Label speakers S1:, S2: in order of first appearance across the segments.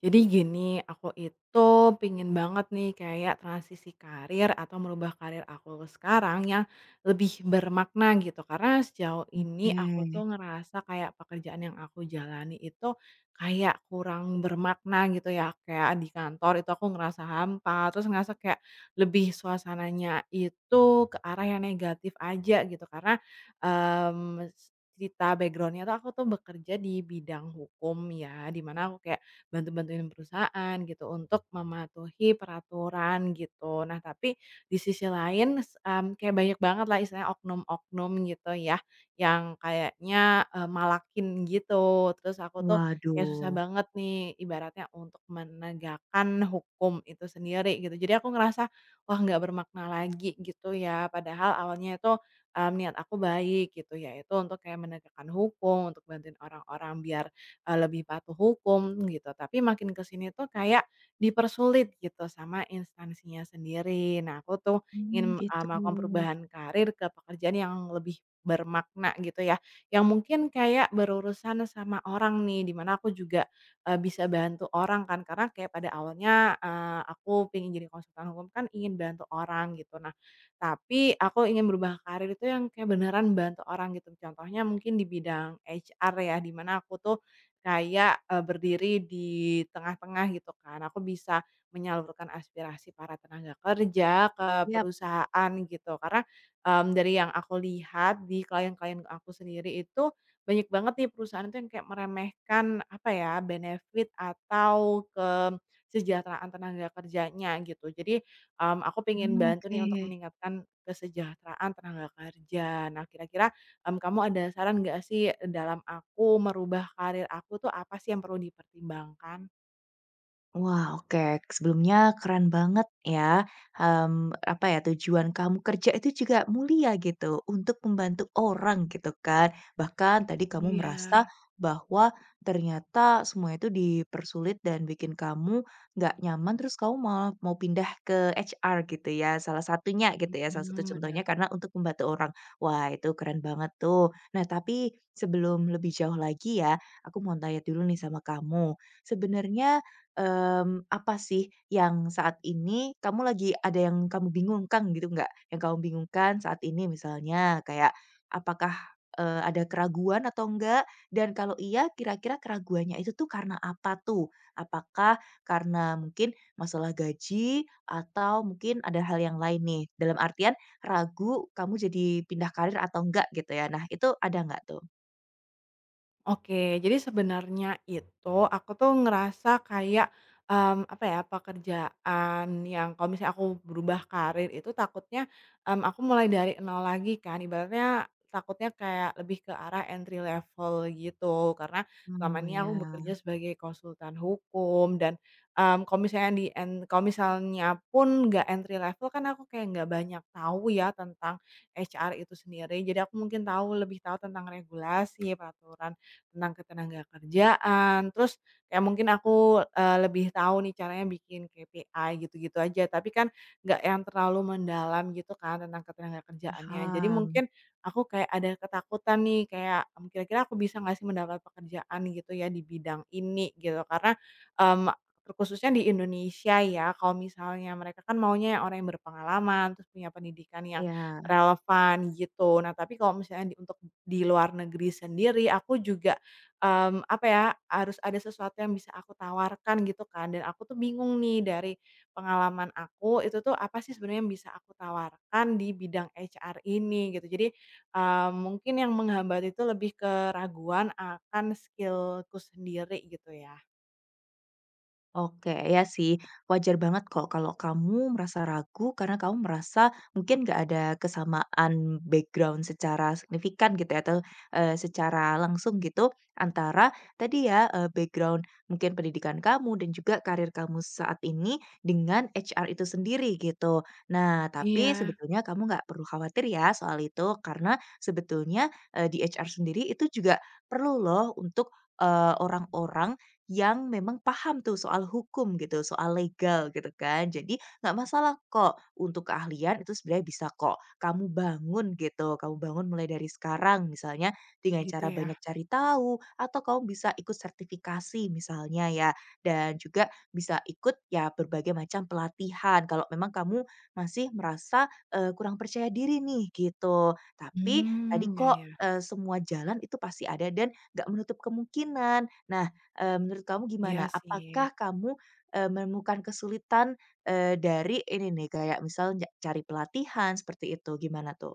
S1: Jadi gini, aku itu pingin banget nih kayak transisi karir atau merubah karir aku sekarang yang lebih bermakna gitu. Karena sejauh ini aku tuh
S2: Oke.
S1: ngerasa kayak pekerjaan yang aku jalani itu kayak kurang bermakna gitu ya. Kayak di kantor itu aku ngerasa hampa, terus ngerasa kayak lebih suasananya itu ke arah yang negatif aja gitu. Karena em cerita backgroundnya tuh aku tuh bekerja di bidang hukum ya, dimana aku kayak bantu-bantuin perusahaan gitu untuk mematuhi peraturan gitu. Nah, tapi di sisi lain kayak banyak banget lah istilahnya oknum-oknum gitu ya, yang kayaknya, malakin gitu. Terus aku tuh kayak susah
S2: Waduh.
S1: banget nih ibaratnya untuk menegakkan hukum itu sendiri gitu. Jadi aku ngerasa, wah nggak bermakna lagi gitu ya. Padahal awalnya itu, niat aku baik gitu, yaitu untuk kayak menegakkan hukum, untuk bantuin orang-orang biar lebih patuh hukum gitu, tapi makin ke sini tuh kayak dipersulit gitu sama instansinya sendiri. Nah, aku tuh
S2: Mmm,
S1: ingin,
S2: gitu.
S1: melakukan perubahan karir ke pekerjaan yang lebih bermakna gitu ya, yang mungkin kayak berurusan sama orang nih, dimana aku juga, bisa bantu orang kan, karena kayak pada awalnya, aku pengen jadi konsultan hukum kan ingin bantu orang gitu. Nah, tapi aku ingin berubah karir itu yang kayak beneran bantu orang gitu, contohnya mungkin di bidang HR ya, dimana aku tuh kayak, berdiri di tengah-tengah gitu kan, aku bisa menyalurkan aspirasi para tenaga kerja ke
S2: Yap.
S1: perusahaan gitu. Karena, dari yang aku lihat di klien-klien aku sendiri itu, banyak banget nih perusahaan itu yang kayak meremehkan, apa ya, benefit atau kesejahteraan tenaga kerjanya gitu. Jadi, aku pengen
S2: Mmm,
S1: bantu
S2: oke.
S1: nih untuk meningkatkan kesejahteraan tenaga kerja. Nah kira-kira, kamu ada saran nggak sih dalam aku merubah karir aku tuh apa sih yang perlu dipertimbangkan?
S2: Wah, oke. Sebelumnya keren banget ya, apa ya, tujuan kamu kerja itu juga mulia gitu, untuk membantu orang gitu kan. Bahkan tadi kamu
S1: Iya,
S2: merasa bahwa ternyata semua itu dipersulit dan bikin kamu nggak nyaman, terus kamu mau mau pindah ke HR gitu ya, salah satunya gitu ya, salah satu
S1: mhm, benar.
S2: contohnya karena untuk membantu orang. Wah, itu keren banget tuh. Nah, tapi sebelum lebih jauh lagi ya, aku mau tanya dulu nih sama kamu. Sebenarnya apa sih yang saat ini kamu lagi ada yang kamu bingungkan gitu nggak? Yang kamu bingungkan saat ini misalnya kayak apakah, ada keraguan atau enggak? Dan kalau iya kira-kira keraguannya itu tuh karena apa tuh? Apakah karena mungkin masalah gaji atau mungkin ada hal yang lain nih? Dalam artian ragu kamu jadi pindah karir atau enggak gitu ya. Nah itu ada nggak tuh?
S1: Oke, jadi sebenarnya itu aku tuh ngerasa kayak, apa ya, pekerjaan yang kalau misalnya aku berubah karir itu takutnya, aku mulai dari nol lagi kan, ibaratnya takutnya kayak lebih ke arah entry level gitu. Karena selama
S2: Oh
S1: ini aku
S2: ya,
S1: bekerja sebagai konsultan hukum dan, kalau misalnya pun nggak entry level kan aku kayak nggak banyak tahu ya tentang HR itu sendiri. Jadi aku mungkin lebih tahu tentang regulasi, peraturan tentang ketenaga kerjaan, terus kayak mungkin aku, lebih tahu nih caranya bikin KPI gitu-gitu aja, tapi kan nggak yang terlalu mendalam gitu kan tentang ketenaga kerjaannya. Jadi
S2: paham.
S1: mungkin aku kayak ada ketakutan nih kayak, kira-kira aku bisa nggak sih mendapat pekerjaan gitu ya di bidang ini gitu, karena, mmm, terkhususnya di Indonesia ya, kalau misalnya mereka kan maunya yang orang yang berpengalaman, terus punya pendidikan yang
S2: Ya.
S1: relevan gitu. Nah, tapi kalau misalnya untuk di luar negeri sendiri, aku juga apa ya, harus ada sesuatu yang bisa aku tawarkan gitu kan, dan aku tuh bingung nih dari pengalaman aku, itu tuh apa sih sebenarnya yang bisa aku tawarkan di bidang H R ini gitu. Jadi, mungkin yang menghambat itu lebih ke raguan akan skillku sendiri gitu ya.
S2: Oke, ya sih, wajar banget kok kalau kamu merasa ragu karena kamu merasa mungkin nggak ada kesamaan background secara signifikan gitu ya, atau secara langsung gitu antara tadi ya, background mungkin pendidikan kamu dan juga karir kamu saat ini dengan HR itu sendiri gitu. Nah, tapi
S1: Iya,
S2: sebetulnya kamu nggak perlu khawatir ya soal itu karena sebetulnya, di HR sendiri itu juga perlu loh untuk, orang-orang yang memang paham tuh soal hukum gitu, soal legal gitu kan. Jadi nggak masalah kok untuk keahlian itu sebenarnya bisa kok kamu bangun gitu, kamu bangun mulai dari sekarang misalnya dengan
S1: gitu
S2: cara
S1: ya.
S2: banyak cari tahu atau kamu bisa ikut sertifikasi misalnya ya dan juga bisa ikut ya berbagai macam pelatihan kalau memang kamu masih merasa eh, kurang percaya diri nih gitu. Tapi tadi
S1: Hmm ya
S2: kok
S1: ya.
S2: eh, semua jalan itu pasti ada dan nggak menutup kemungkinan. Nah, menurut kamu
S1: Iya
S2: gimana? Apakah
S1: sih.
S2: kamu, menemukan kesulitan, dari ini nih, kayak misal cari pelatihan, seperti itu, gimana tuh?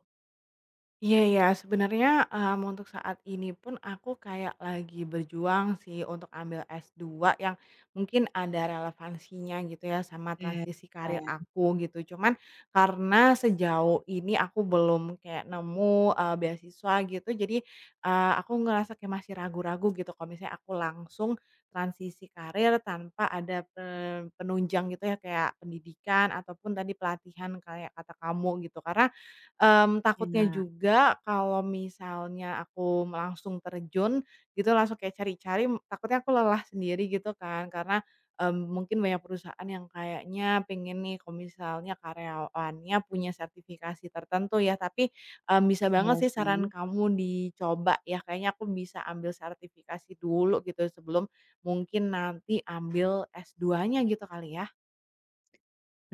S1: Iya ya sebenarnya, untuk saat ini pun aku kayak lagi berjuang sih untuk ambil S2 yang mungkin ada relevansinya gitu ya sama
S2: Oke,
S1: transisi karir aku gitu. Cuman karena sejauh ini aku belum kayak nemu, beasiswa gitu, jadi, aku ngerasa kayak masih ragu-ragu gitu kalau misalnya aku langsung transisi karir tanpa ada, penunjang gitu ya kayak pendidikan ataupun tadi pelatihan kayak kata kamu gitu. Karena takutnya
S2: iya,
S1: juga kalau misalnya aku langsung terjun gitu, langsung kayak cari-cari, takutnya aku lelah sendiri gitu kan. Karena, mungkin banyak perusahaan yang kayaknya pengen nih kalau misalnya karyawannya punya sertifikasi tertentu ya, tapi, bisa banget
S2: iya
S1: sih
S2: sih.
S1: saran kamu dicoba ya. Kayaknya aku bisa ambil sertifikasi dulu gitu sebelum mungkin nanti ambil s duanya gitu kali ya?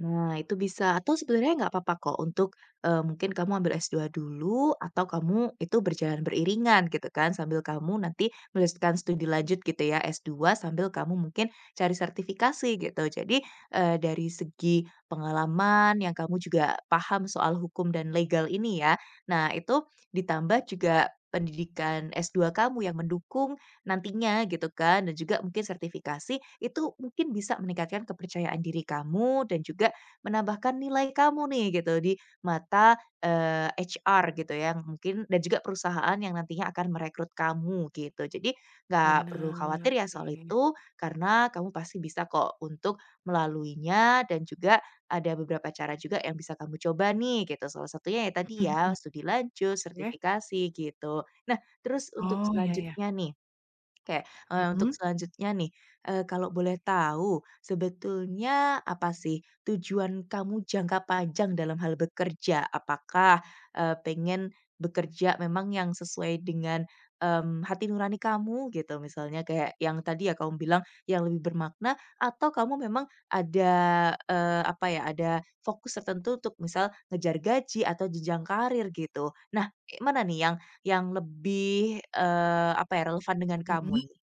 S2: Nah, itu bisa atau sebenarnya nggak apa-apa kok untuk, mungkin kamu ambil S2 dulu atau kamu itu berjalan beriringan gitu kan, sambil kamu nanti melanjutkan studi lanjut gitu ya, S2 sambil kamu mungkin cari sertifikasi gitu. Jadi, dari segi pengalaman yang kamu juga paham soal hukum dan legal ini ya, nah itu ditambah juga pendidikan S2 kamu yang mendukung nantinya gitu kan, dan juga mungkin sertifikasi itu mungkin bisa meningkatkan kepercayaan diri kamu dan juga menambahkan nilai kamu nih gitu di mata, HR gitu ya mungkin dan juga perusahaan yang nantinya akan merekrut kamu gitu. Jadi nggak perlu
S1: Benar
S2: khawatir ya soal
S1: sih.
S2: itu, karena kamu pasti bisa kok untuk melaluinya dan juga ada beberapa cara juga yang bisa kamu coba nih gitu, salah satunya ya tadi
S1: Mhm
S2: ya,
S1: mhm.
S2: studi lanjut,
S1: Oke.
S2: sertifikasi gitu. Nah terus untuk
S1: Oh, ya ya.
S2: selanjutnya nih Oke, untuk
S1: Mhm?
S2: selanjutnya nih, kalau boleh tahu, sebetulnya apa sih tujuan kamu jangka panjang dalam hal bekerja? Apakah, pengen bekerja memang yang sesuai dengan, hati nurani kamu gitu misalnya kayak yang tadi ya kamu bilang yang lebih bermakna atau kamu memang ada, apa ya, ada fokus tertentu untuk misal ngejar gaji atau jenjang karir gitu. Nah, mana nih yang lebih, apa ya, relevan dengan kamu
S1: Mhm,
S2: nih?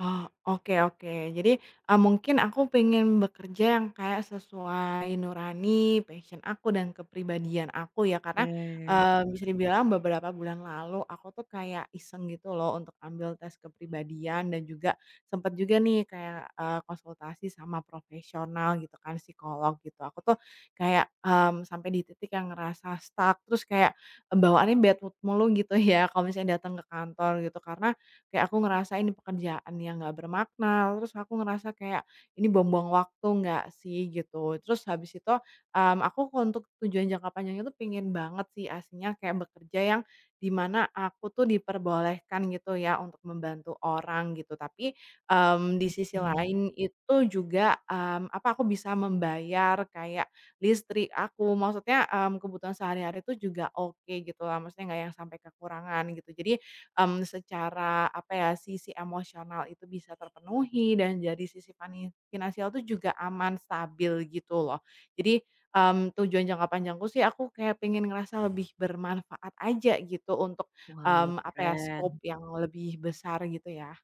S1: oh, oke oke. Jadi, mungkin aku pengen bekerja yang kayak sesuai nurani, passion aku, dan kepribadian aku ya. Karena,
S2: Oke.
S1: bisa dibilang beberapa bulan lalu aku tuh kayak iseng gitu loh untuk ambil tes kepribadian dan juga sempet juga nih kayak, konsultasi sama profesional gitu kan, psikolog gitu. Aku tuh kayak, sampai di titik yang ngerasa stuck, terus kayak, bawaannya bad mood mulu gitu ya kalau misalnya datang ke kantor gitu. Karena kayak aku ngerasa ini pekerjaan yang nggak bermakna, terus aku ngerasa kayak, "Ini buang-buang waktu nggak sih?" gitu. Terus habis itu, aku untuk tujuan jangka panjangnya tuh pengen banget sih aslinya kayak bekerja yang dimana aku tuh diperbolehkan gitu ya untuk membantu orang gitu. Tapi, di
S2: Mmm,
S1: sisi
S2: iya.
S1: lain itu juga, apa, aku bisa membayar kayak listrik aku, maksudnya, kebutuhan sehari-hari itu juga oke gitu lah, maksudnya nggak yang sampai kekurangan gitu. Jadi secara apa ya, sisi emosional itu bisa terpenuhi dan dari sisi fani finansial itu juga aman, stabil gitu loh. Jadi, tujuan jangka panjangku sih aku kayak pengen ngerasa lebih bermanfaat aja gitu untuk,
S2: Wah,
S1: apa ya, scope
S2: keren.
S1: yang lebih besar gitu ya.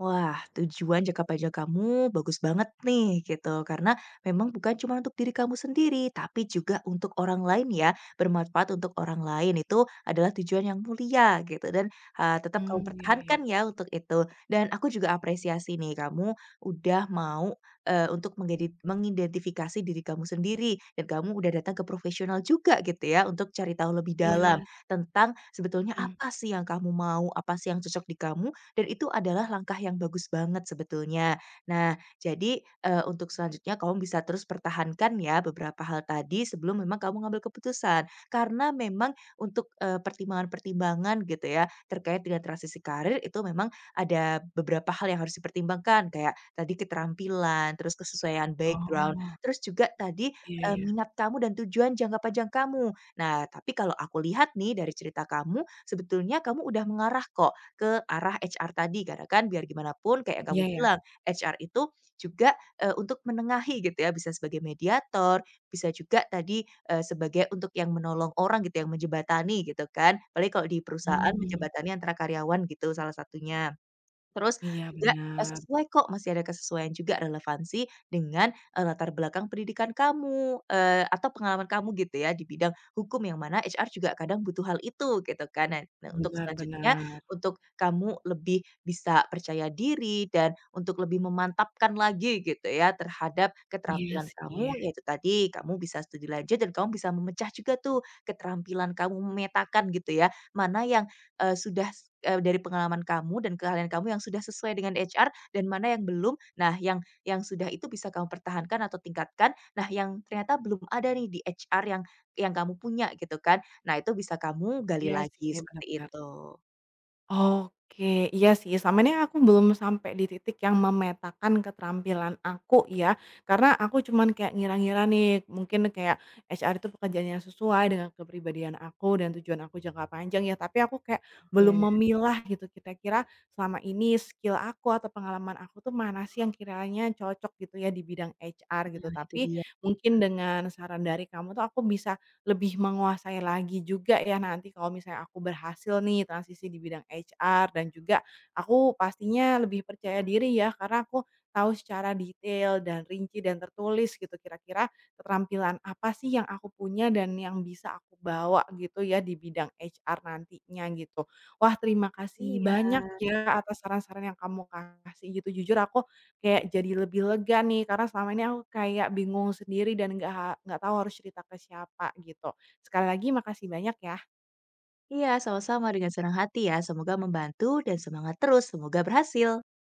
S2: Wah, tujuan jangka panjang kamu bagus banget nih gitu, karena memang bukan cuma untuk diri kamu sendiri, tapi juga untuk orang lain ya, bermanfaat untuk orang lain itu adalah tujuan yang mulia gitu dan, tetap kamu
S1: Hmm iya ya.
S2: pertahankan ya untuk itu. Dan aku juga apresiasi nih kamu udah mau, untuk mengidentifikasi diri kamu sendiri dan kamu udah datang ke profesional juga gitu ya untuk cari tahu lebih
S1: Iya,
S2: dalam tentang sebetulnya
S1: mhm.
S2: apa sih yang kamu mau, apa sih yang cocok di kamu dan itu adalah langkah yang bagus banget sebetulnya. Nah, jadi, untuk selanjutnya kamu bisa terus pertahankan ya beberapa hal tadi sebelum memang kamu ngambil keputusan. Karena memang untuk, pertimbangan-pertimbangan gitu ya, terkait dengan transisi karir itu memang ada beberapa hal yang harus dipertimbangkan, kayak tadi keterampilan, terus kesesuaian background,
S1: Oh,
S2: terus juga tadi,
S1: iya ya.
S2: minat kamu dan tujuan jangka panjang kamu. Nah, tapi kalau aku lihat nih dari cerita kamu, sebetulnya kamu udah mengarah kok ke arah HR tadi, karena kan biar gimana pun kayak yang Mhm. kamu
S1: Iya ya.
S2: bilang, HR itu juga, untuk menengahi gitu ya, bisa sebagai mediator, bisa juga tadi, sebagai untuk yang menolong orang gitu, yang menjebatani gitu kan. Paling kalau di perusahaan
S1: Hmm
S2: menjebatani antara karyawan gitu salah satunya. Terus
S1: iya
S2: juga,
S1: benar,
S2: sesuai kok, masih ada kesesuaian juga relevansi dengan, latar belakang pendidikan kamu, atau pengalaman kamu gitu ya di bidang hukum yang mana HR juga kadang butuh hal itu gitu kan. Nah nah untuk
S1: benar
S2: selanjutnya,
S1: benar.
S2: untuk kamu lebih bisa percaya diri dan untuk lebih memantapkan lagi gitu ya terhadap
S1: Iya
S2: keterampilan kamu,
S1: sih,
S2: yaitu tadi kamu bisa studi lanjut dan kamu bisa memecah juga tuh keterampilan kamu, memetakan gitu ya, mana yang sudah s dari pengalaman kamu dan keahlian kamu yang sudah sesuai dengan HR dan mana yang belum. Nah, yang sudah itu bisa kamu pertahankan atau tingkatkan. Nah, yang ternyata belum ada nih di HR yang kamu punya gitu kan. Nah, itu bisa kamu gali
S1: iya
S2: lagi
S1: sih, benar
S2: seperti
S1: benar.
S2: itu.
S1: Oke, iya sih, selama ini aku belum sampai di titik yang memetakan keterampilan aku ya, karena aku cuman kayak ngira-ngira nih, mungkin kayak HR itu pekerjaannya sesuai dengan kepribadian aku dan tujuan aku jangka panjang ya, tapi aku kayak belum
S2: Oke.
S1: memilah gitu, kira-kira selama ini skill aku atau pengalaman aku tuh mana sih yang kiranya cocok gitu ya di bidang HR gitu.
S2: Nah, itu
S1: Tapi
S2: dia.
S1: mungkin dengan saran dari kamu tuh aku bisa lebih menguasai lagi juga ya nanti kalau misalnya aku berhasil nih transisi di bidang HR dan juga aku pastinya lebih percaya diri ya karena aku tahu secara detail dan rinci dan tertulis gitu kira-kira keterampilan apa sih yang aku punya dan yang bisa aku bawa gitu ya di bidang HR nantinya gitu. Wah, terima kasih
S2: Iya.
S1: banyak ya atas saran-saran yang kamu kasih gitu. Jujur aku kayak jadi lebih lega nih karena selama ini aku kayak bingung sendiri dan nggak tahu harus cerita ke siapa gitu. Sekali lagi makasih banyak ya.
S2: Iya, sama-sama dengan senang hati ya. Semoga membantu dan semangat terus, semoga berhasil.